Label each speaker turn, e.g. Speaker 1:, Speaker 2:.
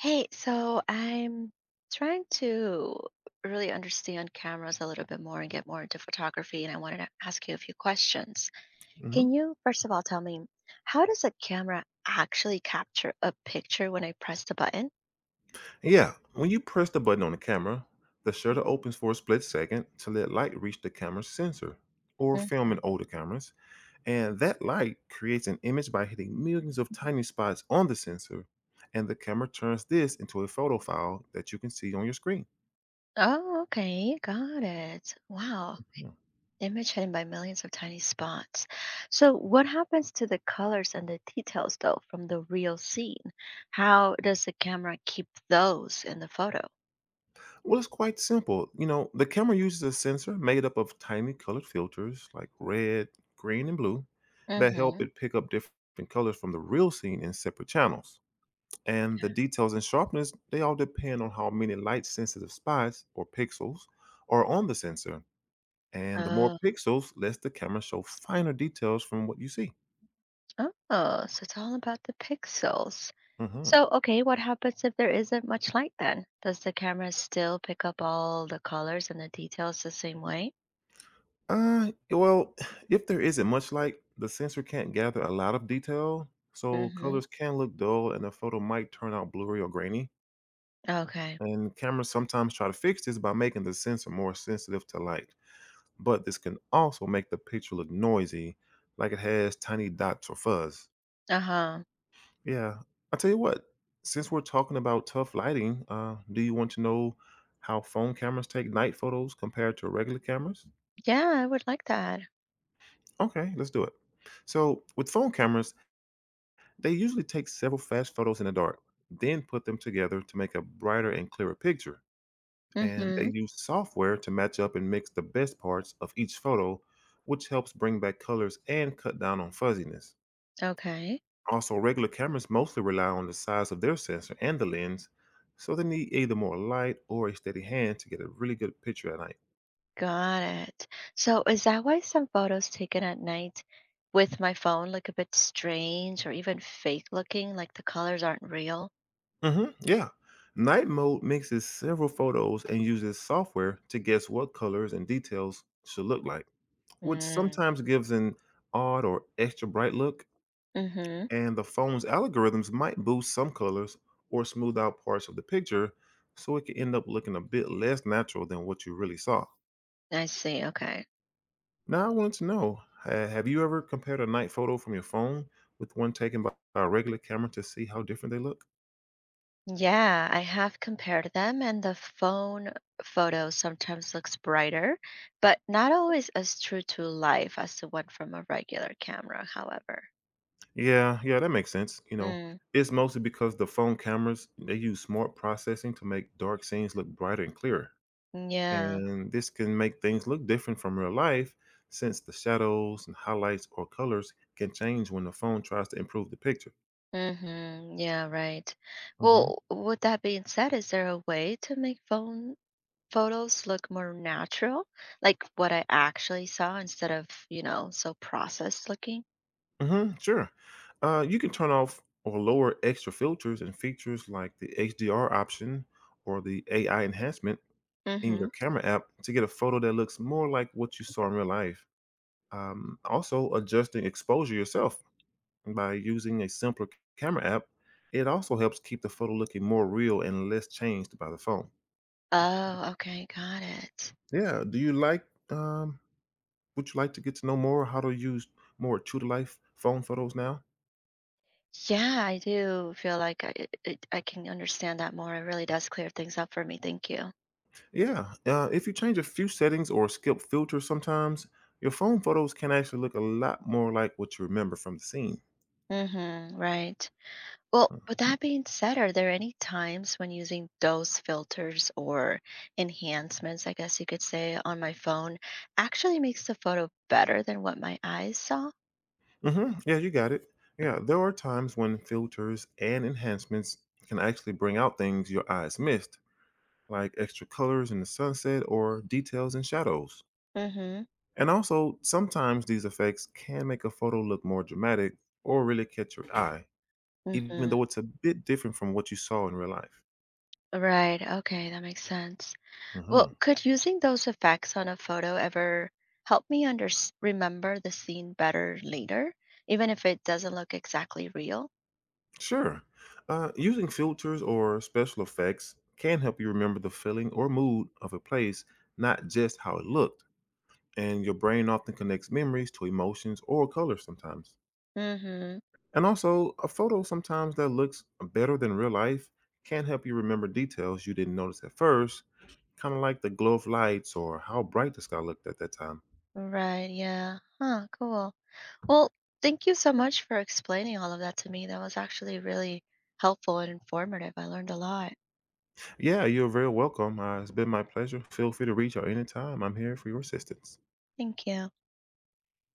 Speaker 1: Hey, so I'm trying to really understand cameras a little bit more and get more into photography, and I wanted to ask you a few questions.
Speaker 2: Hmm.
Speaker 1: Can you, first of all, tell me how does a camera actually capture a picture when I press the button?
Speaker 2: Yeah, when you press the button on the camera, the shutter opens for a split second to let light reach the camera's sensor, or film
Speaker 1: Mhm.
Speaker 2: in older cameras, and that light creates an image by hitting millions of tiny spots on the sensor, and the camera turns this into a photo file that you can see on your screen.
Speaker 1: Oh, okay, got it. Wow.
Speaker 2: Yeah.
Speaker 1: Image hidden by millions of tiny spots. So, what happens to the colors and the details, though, from the real scene? How does the camera keep those in the photo?
Speaker 2: Well, it's quite simple. You know, the camera uses a sensor made up of tiny colored filters like red, green, and blue that help
Speaker 1: Hmm.
Speaker 2: it pick up different colors from the real scene in separate channels. And the details and sharpness, they all depend on how many light sensitive spots or pixels are on the sensor, and the more
Speaker 1: Oh,
Speaker 2: pixels, less the camera show finer details from what you see.
Speaker 1: oh, so it's all about the pixels.
Speaker 2: Mhm.
Speaker 1: So, okay, what happens if there isn't much light then? Does the camera still pick up all the colors and the details the same way?
Speaker 2: Well, if there isn't much light, the sensor can't gather a lot of detail, so
Speaker 1: Mm-hmm.
Speaker 2: colors can look dull and the photo might turn out blurry or grainy,
Speaker 1: Okay.
Speaker 2: and cameras sometimes try to fix this by making the sensor more sensitive to light, but this can also make the picture look noisy, like it has tiny dots or fuzz.
Speaker 1: Uh-huh.
Speaker 2: Yeah. I tell you what, since we're talking about tough lighting, do you want to know how phone cameras take night photos compared to regular cameras?
Speaker 1: Yeah, I would like that.
Speaker 2: Okay, let's do it. So, with phone cameras, they usually take several fast photos in the dark, then put them together to make a brighter and clearer picture. And
Speaker 1: Mm-hmm.
Speaker 2: they use software to match up and mix the best parts of each photo, which helps bring back colors and cut down on fuzziness.
Speaker 1: Okay.
Speaker 2: Also, regular cameras mostly rely on the size of their sensor and the lens, so they need either more light or a steady hand to get a really good picture at night.
Speaker 1: Got it. So, is that why some photos taken at night with my phone look a bit strange or even fake looking, like the colors aren't real?
Speaker 2: Yeah. Night mode mixes several photos and uses software to guess what colors and details should look like, which
Speaker 1: Mm.
Speaker 2: sometimes gives an odd or extra bright look.
Speaker 1: Mm-hmm.
Speaker 2: And the phone's algorithms might boost some colors or smooth out parts of the picture so it can end up looking a bit less natural than what you really saw.
Speaker 1: I see. Okay.
Speaker 2: Now I wanted to know, have you ever compared a night photo from your phone with one taken by a regular camera to see how different they look?
Speaker 1: Yeah, I have compared them, and the phone photo sometimes looks brighter, but not always as true to life as the one from a regular camera, however.
Speaker 2: Yeah, yeah, that makes sense. You know,
Speaker 1: Mm,
Speaker 2: it's mostly because the phone cameras, they use smart processing to make dark scenes look brighter and clearer.
Speaker 1: yeah.
Speaker 2: And this can make things look different from real life, since the shadows and highlights or colors can change when the phone tries to improve the picture.
Speaker 1: Mm-hmm. Yeah, right.
Speaker 2: Mhm.
Speaker 1: Well, with that being said, is there a way to make phone photos look more natural, like what I actually saw instead of, so processed looking?
Speaker 2: Sure. You can turn off or lower extra filters and features like the HDR option or the AI enhancement in
Speaker 1: Mm-hmm.
Speaker 2: your camera app to get a photo that looks more like what you saw in real life. Also, adjusting exposure yourself by using a simpler camera app. It also helps keep the photo looking more real and less changed by the phone.
Speaker 1: Oh, okay, got it.
Speaker 2: Yeah. Do you like? Um, would you like to get to know more how to use more true to life phone photos now?
Speaker 1: Yeah, I do feel like I can understand that more. It really does clear things up for me. Thank you.
Speaker 2: Yeah, if you change a few settings or skip filters sometimes, your phone photos can actually look a lot more like what you remember from the scene.
Speaker 1: Mm-hmm, right. Well,
Speaker 2: hmm
Speaker 1: with
Speaker 2: hmm.
Speaker 1: that being said, are there any times when using those filters or enhancements, I guess you could say, on my phone actually makes the photo better than what my eyes saw?
Speaker 2: Mm-hmm. Yeah, you got it. Yeah, there are times when filters and enhancements can actually bring out things your eyes missed, like extra colors in the sunset or details in shadows.
Speaker 1: Mm-hmm.
Speaker 2: And also, sometimes these effects can make a photo look more dramatic or really catch your eye, even
Speaker 1: Mm-hmm.
Speaker 2: though it's a bit different from what you saw in real life.
Speaker 1: Right. Okay, that makes sense. Well,
Speaker 2: Mhm.
Speaker 1: could using those effects on a photo ever help me under remember the scene better later, even if it doesn't look exactly real?
Speaker 2: Sure. Using filters or special effects can help you remember the feeling or mood of a place, not just how it looked. And your brain often connects memories to emotions or colors sometimes.
Speaker 1: Mm-hmm.
Speaker 2: And also, a photo sometimes that looks better than real life can help you remember details you didn't notice at first, kind of like the glow of lights or how bright the sky looked at that time.
Speaker 1: Right. Yeah. Huh. Cool. Well, thank you so much for explaining all of that to me. That was actually really helpful and informative. I learned a lot.
Speaker 2: Yeah, you're very welcome. It's been my pleasure. Feel free to reach out anytime. I'm here for your assistance.
Speaker 1: Thank you.